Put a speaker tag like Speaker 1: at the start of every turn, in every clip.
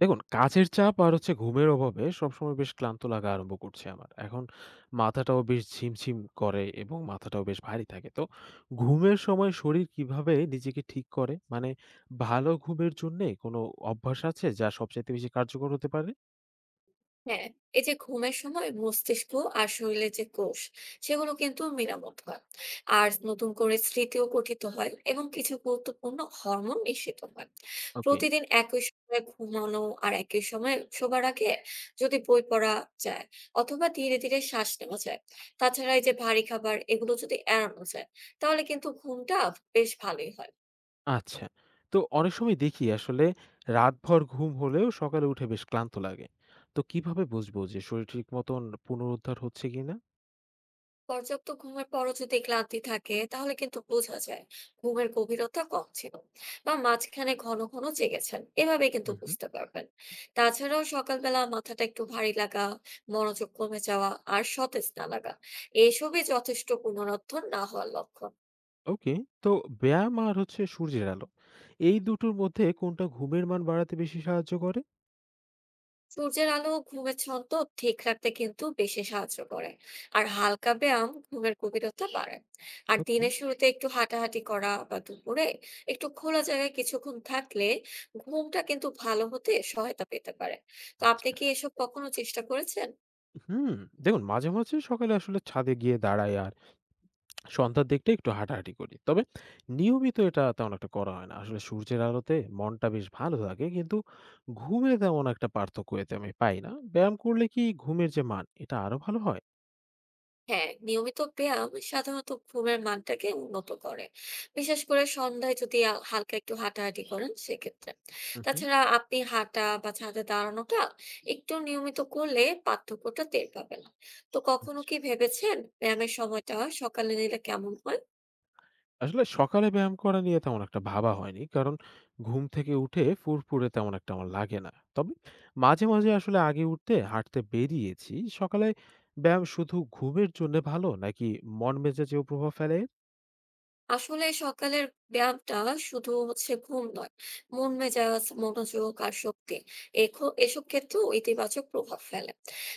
Speaker 1: দেখুন, কাজের চাপ আর হচ্ছে ঘুমের অভাবে সবসময় বেশ ক্লান্ত লাগা আরম্ভ করছে আমার। এখন মাথাটাও বেশ ঝিমঝিম করে এবং মাথাটাও বেশ ভারী থাকে। তো ঘুমের সময় শরীর কিভাবে নিজেকে ঠিক করে? মানে ভালো ঘুমের জন্যে কোনো অভ্যাস আছে যা সবচাইতে বেশি কার্যকর হতে পারে?
Speaker 2: হ্যাঁ, এই যে ঘুমের সময় মস্তিষ্ক আর শরীরের যে কোষ সেগুলো কিন্তু মেরামত হয়, আর নতুন করে স্মৃতিও গঠিত হয় এবং কিছু গুরুত্বপূর্ণ হরমোন নিঃসৃত হয়।
Speaker 1: ওকে।
Speaker 2: প্রতিদিন একই সময়ে ঘুমানো আর একই সময়ে শোবার আগে যদি বই পড়া যায় অথবা ধীরে ধীরে শ্বাস নেওয়া যায়, তাছাড়া এই যে ভারী খাবার এগুলো যদি এড়ানো যায়, তাহলে কিন্তু ঘুমটা বেশ ভালোই হয়।
Speaker 1: আচ্ছা। তো অনেক সময় দেখি আসলে রাতভর ঘুম হলেও সকালে উঠে বেশ ক্লান্ত লাগে। তো কিভাবে বুঝবো যে শরীর ঠিক মতন পুনরুদ্ধার হচ্ছে কিনা?
Speaker 2: পর্যাপ্ত ঘুমের পরও যদি ক্লান্তি থাকে তাহলে কিন্তু বোঝা যায় ঘুমের গভীরতা কম ছিল বা মাঝখানে ঘন ঘন জেগেছেন, এভাবে কিন্তু
Speaker 1: হুম, হুম।
Speaker 2: বুঝতে পারবেন। তাছাড়াও সকালবেলা মাথাটা একটু ভারী লাগা, মনোযোগ কমে যাওয়া আর সতেজ না লাগা, এসবই যথেষ্ট পুনরুত্থান না হওয়ার লক্ষণ।
Speaker 1: ওকে। তো ব্যায়াম আর হচ্ছে সূর্যের আলো, এই দুটোর মধ্যে কোনটা ঘুমের মান বাড়াতে বেশি সাহায্য করে?
Speaker 2: সূর্যের আলো ও ঘুমের ছন্দ ঠিক রাখতে কিন্তু বেশি সাহায্য করে, আর হালকা ব্যায়াম ঘুমের গভীরতা বাড়ায়। আর
Speaker 1: ওকে।
Speaker 2: দিনের শুরুতে একটু হাঁটাহাঁটি করা বা দুপুরে একটু খোলা জায়গায় কিছুক্ষণ থাকলে ঘুমটা কিন্তু ভালো হতে সহায়তা পেতে পারে। তো আপনি
Speaker 1: আচ্ছা।
Speaker 2: কি এসব কখনো চেষ্টা করেছেন?
Speaker 1: হুম। দেখুন, মাঝে মাঝে সকালে আসলে ছাদে গিয়ে দাঁড়াই আর সন্ধ্যার দিকটা একটু হাঁটাহাঁটি করি, তবে নিয়মিত এটা তেমন একটা করা হয় না। আসলে সূর্যের আলোতে মনটা বেশ ভালো থাকে, কিন্তু ঘুমে তেমন একটা পার্থক্য এতে আমি পাই না। ব্যায়াম করলে কি ঘুমের যে মান, এটা আরো ভালো হয়?
Speaker 2: হ্যাঁ, নিয়মিত ব্যায়াম সাধারণত ঘুমের মানটাকে উন্নত করে। বিশেষ করে সন্ধ্যায় যদি হালকা একটু হাঁটাহাঁটি করেন সেক্ষেত্রে।
Speaker 1: হুম, হুম।
Speaker 2: তাছাড়া আপনি হাঁটা বা ছাদে দাঁড়ানোটা একটু নিয়মিত করলে পার্থক্যটা টের পাবেন। তো কখনো
Speaker 1: আচ্ছা।
Speaker 2: কি ভেবেছেন ব্যায়ামের সময়টা সকালে নিলে কেমন হয়?
Speaker 1: আসলে সকালে ব্যায়াম করা নিয়ে তেমন একটা ভাবা হয়নি। কারণ ঘুম থেকে উঠে ফুরফুরে তেমন একটা আমার লাগে না। তবে মাঝে আসলে আগে উঠতে হাঁটতে বেরিয়েছি। সকালে ব্যায়াম শুধু ঘুমের জন্যে ভালো নাকি মন মেজাজেও প্রভাব ফেলে এর?
Speaker 2: আসলে সকালের ব্যায়ামটা শুধু হচ্ছে ঘুম নয়, মন মেজাজ মনোযোগ আর শক্তি এসব ক্ষেত্রেও ইতিবাচক প্রভাব ফেলে।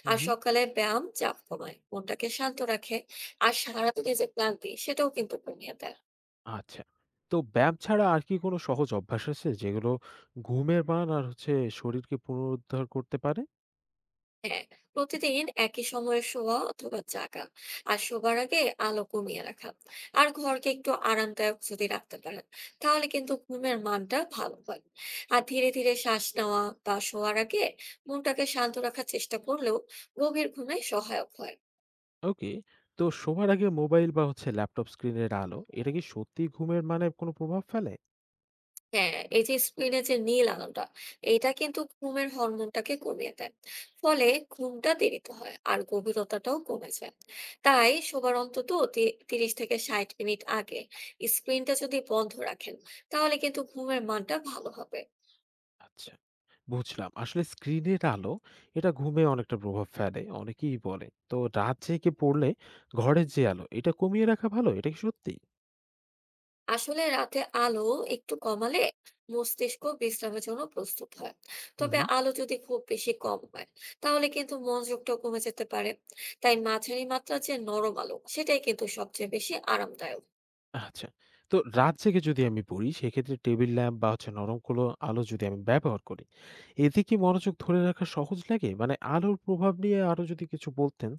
Speaker 1: উম
Speaker 2: আর
Speaker 1: হুম।
Speaker 2: সকালে ব্যায়াম চাপ কমায়, মনটাকে শান্ত রাখে, আর সারাদিনে যে ক্লান্তি সেটাও কিন্তু কমিয়ে দেয়।
Speaker 1: আচ্ছা। তো ব্যায়াম ছাড়া আর কি কোনো সহজ অভ্যাস আছে যেগুলো ঘুমের মান আর হচ্ছে শরীরকে পুনরুদ্ধার করতে পারে?
Speaker 2: হ্যাঁ, প্রতিদিন একই সময়ে শোয়া অথবা জাগা, আর শোবার আগে আলো কমিয়ে রাখা, আর ঘরকে একটু আরামদায়ক যদি রাখতে পারেন, তাহলে কিন্তু ঘুমের মানটা ভালো হয়। আর ধীরে ধীরে শ্বাস নেওয়া বা শোয়ার আগে মনটাকে শান্ত রাখার চেষ্টা করলেও গভীর ঘুমে সহায়ক হয়।
Speaker 1: ওকে। তো শোবার আগে মোবাইল বা হচ্ছে ল্যাপটপ স্ক্রিনের আলো, এটা কি সত্যিই ঘুমের মানে কোনো প্রভাব ফেলে?
Speaker 2: হ্যাঁ, এই যে স্ক্রিনে যে নীল আলোটা, এটা কিন্তু ঘুমের হরমোনটাকে কমিয়ে দেয়। ফলে ঘুমটা দেরিতে হয় আর গভীরতাটাও কমে যায়। তাই শোবার অন্তত 30 থেকে 60 মিনিট আগে স্ক্রিনটা যদি বন্ধ রাখেন, তাহলে কিন্তু ঘুমের মানটা ভালো হবে।
Speaker 1: আচ্ছা, বুঝলাম। আসলে স্ক্রিনের আলো, এটা ঘুমে অনেকটা প্রভাব ফেলে। অনেকেই বলে। তো রাত জেগে পড়লে ঘরের যে আলো, এটা কমিয়ে রাখা ভালো। এটা কি সত্যি?
Speaker 2: আসলে রাতে আলো একটু কমালে মস্তিষ্ক বিশ্রামের জন্য প্রস্তুত হয়।
Speaker 1: হুম,
Speaker 2: তবে
Speaker 1: হুম।
Speaker 2: আলো যদি খুব বেশি কম হয় তাহলে কিন্তু মনোযোগটাও কমে যেতে পারে। তাই মাঝারি মাত্রার যে নরম আলো সেটাই কিন্তু সবচেয়ে বেশি আরামদায়ক।
Speaker 1: আচ্ছা। তো রাত জেগে যদি আমি পড়ি, সেক্ষেত্রে টেবিল ল্যাম্প বা হচ্ছে নরম কোনো আলো যদি আমি ব্যবহার করি, এতে কি মনোযোগ ধরে রাখা সহজ লাগে? মানে আলোর প্রভাব নিয়ে আরো যদি কিছু বলতেন।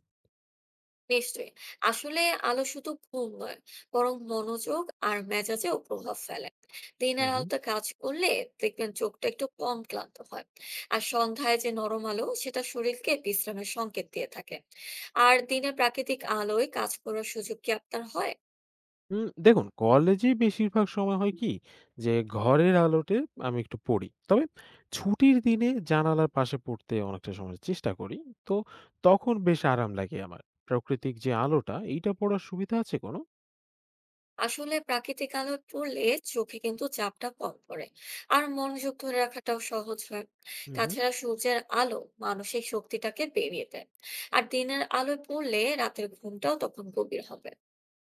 Speaker 2: নিশ্চয়ই। আসলে আলো শুধু ঘুম নয়, বরং মনোযোগ আর মেজাজেও প্রভাব ফেলে।
Speaker 1: হুম,
Speaker 2: দিনের
Speaker 1: হুম।
Speaker 2: আলোতে কাজ করলে দেখবেন চোখটা একটু কম ক্লান্ত হয়। আর সন্ধ্যায় যে নরম আলো সেটা শরীরকে বিশ্রামের সংকেত দিয়ে থাকে। আর দিনে প্রাকৃতিক আলোয় কাজ করার সুযোগ কি আপনার হয়?
Speaker 1: উম, দেখুন, কলেজে বেশিরভাগ সময় হয় কি, যে ঘরের আলোতে আমি একটু পড়ি। তবে ছুটির দিনে জানালার পাশে পড়তে অনেকটা সময় চেষ্টা করি। তো তখন বেশ আরাম লাগে আমার। প্রাকৃতিক যে আলোটা, এইটা পড়ার সুবিধা আছে কোনো?
Speaker 2: আসলে প্রাকৃতিক আলোয় পড়লে চোখে কিন্তু চাপটা কম পড়ে, আর মনোযোগ ধরে রাখাটাও সহজ হয়।
Speaker 1: হুম, হুম।
Speaker 2: তাছাড়া সূর্যের আলো মানসিক শক্তিটাকে বেরিয়ে দেয়, আর দিনের আলোয় পড়লে রাতের ঘুমটাও তখন গভীর হবে।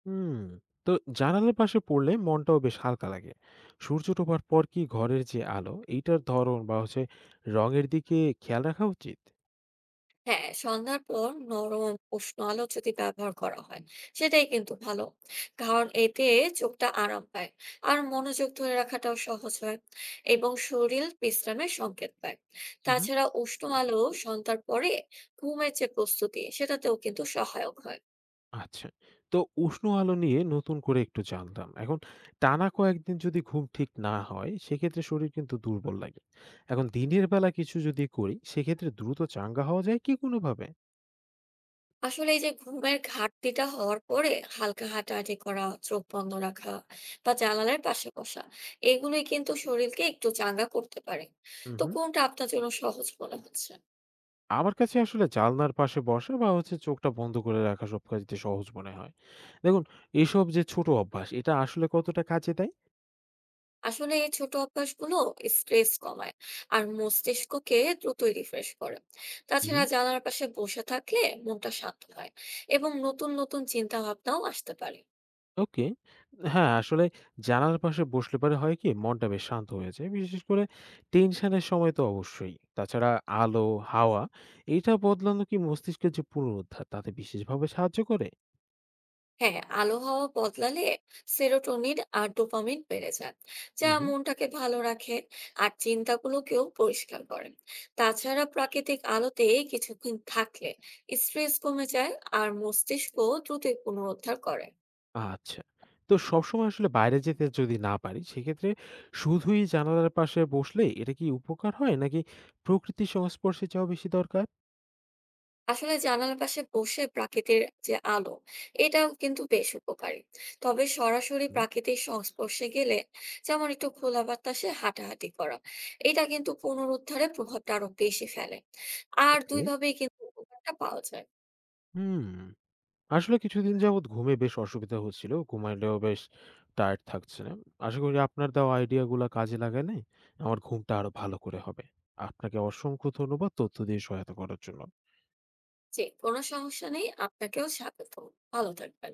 Speaker 1: হুম, তো জানালার পাশে পড়লে মনটাও বেশ হালকা লাগে। সূর্য ডোবার পর কি ঘরের যে আলো, এইটার ধরন বা হচ্ছে রঙের দিকে খেয়াল রাখা উচিত?
Speaker 2: হ্যাঁ, সন্ধ্যার পর নরম উষ্ণ আলো যদি ব্যবহার করা হয় সেটাই কিন্তু ভালো। কারণ এতে চোখটা আরাম পায়, আর মনোযোগ ধরে রাখাটাও সহজ হয় এবং শরীর বিশ্রামের সংকেত পায়।
Speaker 1: হুম।
Speaker 2: তাছাড়া উষ্ণ আলো সন্ধ্যার পরে ঘুমের যে প্রস্তুতি সেটাতেও কিন্তু সহায়ক হয়।
Speaker 1: আচ্ছা। তো উষ্ণ আলো নিয়ে নতুন করে একটু জানলাম। এখন টানা কয়েকদিন যদি ঘুম ঠিক না হয়, সেক্ষেত্রে শরীর কিন্তু দুর্বল লাগে। এখন দিনের বেলা কিছু যদি করি, সেক্ষেত্রে দ্রুত চাঙ্গা হওয়া যায় কি কোনোভাবে?
Speaker 2: আসলে এই যে ঘুমের ঘাটতিটা হওয়ার পরে হালকা হাঁটাহাঁটি করা, চোখ বন্ধ রাখা বা জানালার পাশে বসা, এগুলোই কিন্তু শরীরকে একটু চাঙ্গা করতে পারে।
Speaker 1: হুম,
Speaker 2: তো
Speaker 1: হুম।
Speaker 2: কোনটা আপনার জন্য সহজ মনে হচ্ছে?
Speaker 1: আমার কাছে আসলে জানলার পাশে বসা বা হচ্ছে চোখটা বন্ধ করে রাখা সব কাজেতে সহজ মনে হয়। দেখুন, এসব যে ছোট অভ্যাস, এটা আসলে কতটা কাজে দেয়?
Speaker 2: আসলে এই ছোট অভ্যাসগুলো স্ট্রেস কমায় আর মস্তিষ্ককে দ্রুতই রিফ্রেশ করে।
Speaker 1: হুম।
Speaker 2: তাছাড়া জানালার পাশে বসে থাকলে মনটা শান্ত হয় এবং নতুন নতুন চিন্তা ভাবনাও আসতে পারে।
Speaker 1: ওকে। হ্যাঁ, আসলে জানালার পাশে বসলে পরে হয় কি মনটা বেশ শান্ত হয়ে যায়। বিশেষ করে টেনশনের সময় তো অবশ্যই। তাছাড়া আলো, হাওয়া, এটা বদলানো কি মস্তিষ্কের যে পুনরুদ্ধার, তাতে বিশেষভাবে সাহায্য করে?
Speaker 2: হ্যাঁ, আলো হাওয়া বদলালে সেরোটোনিন আর ডোপামিন বেড়ে যায়, যা
Speaker 1: হুম, হুম।
Speaker 2: মনটাকে ভালো রাখে আর চিন্তাগুলোকেও পরিষ্কার করে। তাছাড়া প্রাকৃতিক আলোতে কিছুক্ষণ থাকলে স্ট্রেস কমে যায় আর মস্তিষ্ক দ্রুতই পুনরুদ্ধার করে।
Speaker 1: আচ্ছা। তো সবসময় আসলে বাইরে যেতে যদি না পারি, সেক্ষেত্রে শুধুই জানালার পাশে বসলে এটা কি উপকার হয় নাকি প্রকৃতির সংস্পর্শে যাওয়া বেশি দরকার?
Speaker 2: আসলে জানালার পাশে বসে প্রাকৃতির যে আলো এটাও কিন্তু বেশ উপকারী। তবে সরাসরি
Speaker 1: হুম,
Speaker 2: প্রাকৃতিক সংস্পর্শে গেলে, যেমন একটু খোলা বাতাসে হাঁটাহাঁটি করা, এটা কিন্তু পুনরুদ্ধারে প্রভাবটা আরো বেশি ফেলে। আর
Speaker 1: ওকে।
Speaker 2: দুইভাবেই কিন্তু উপকারটা পাওয়া যায়।
Speaker 1: হুম। আসলে কিছুদিন যাবৎ ঘুমে বেশ অসুবিধা হচ্ছিল। ঘুমাইলেও বেশ টায়ার্ড থাকছে না। আশা করি আপনার দেওয়া আইডিয়াগুলা কাজে লাগালে আমার ঘুমটা আরো ভালো করে হবে। আপনাকে অসংখ্য ধন্যবাদ তথ্য দিয়ে সহায়তা করার জন্য।
Speaker 2: যে কোনো সমস্যা নেই, আপনাকেও স্বাগত। ভালো থাকবেন।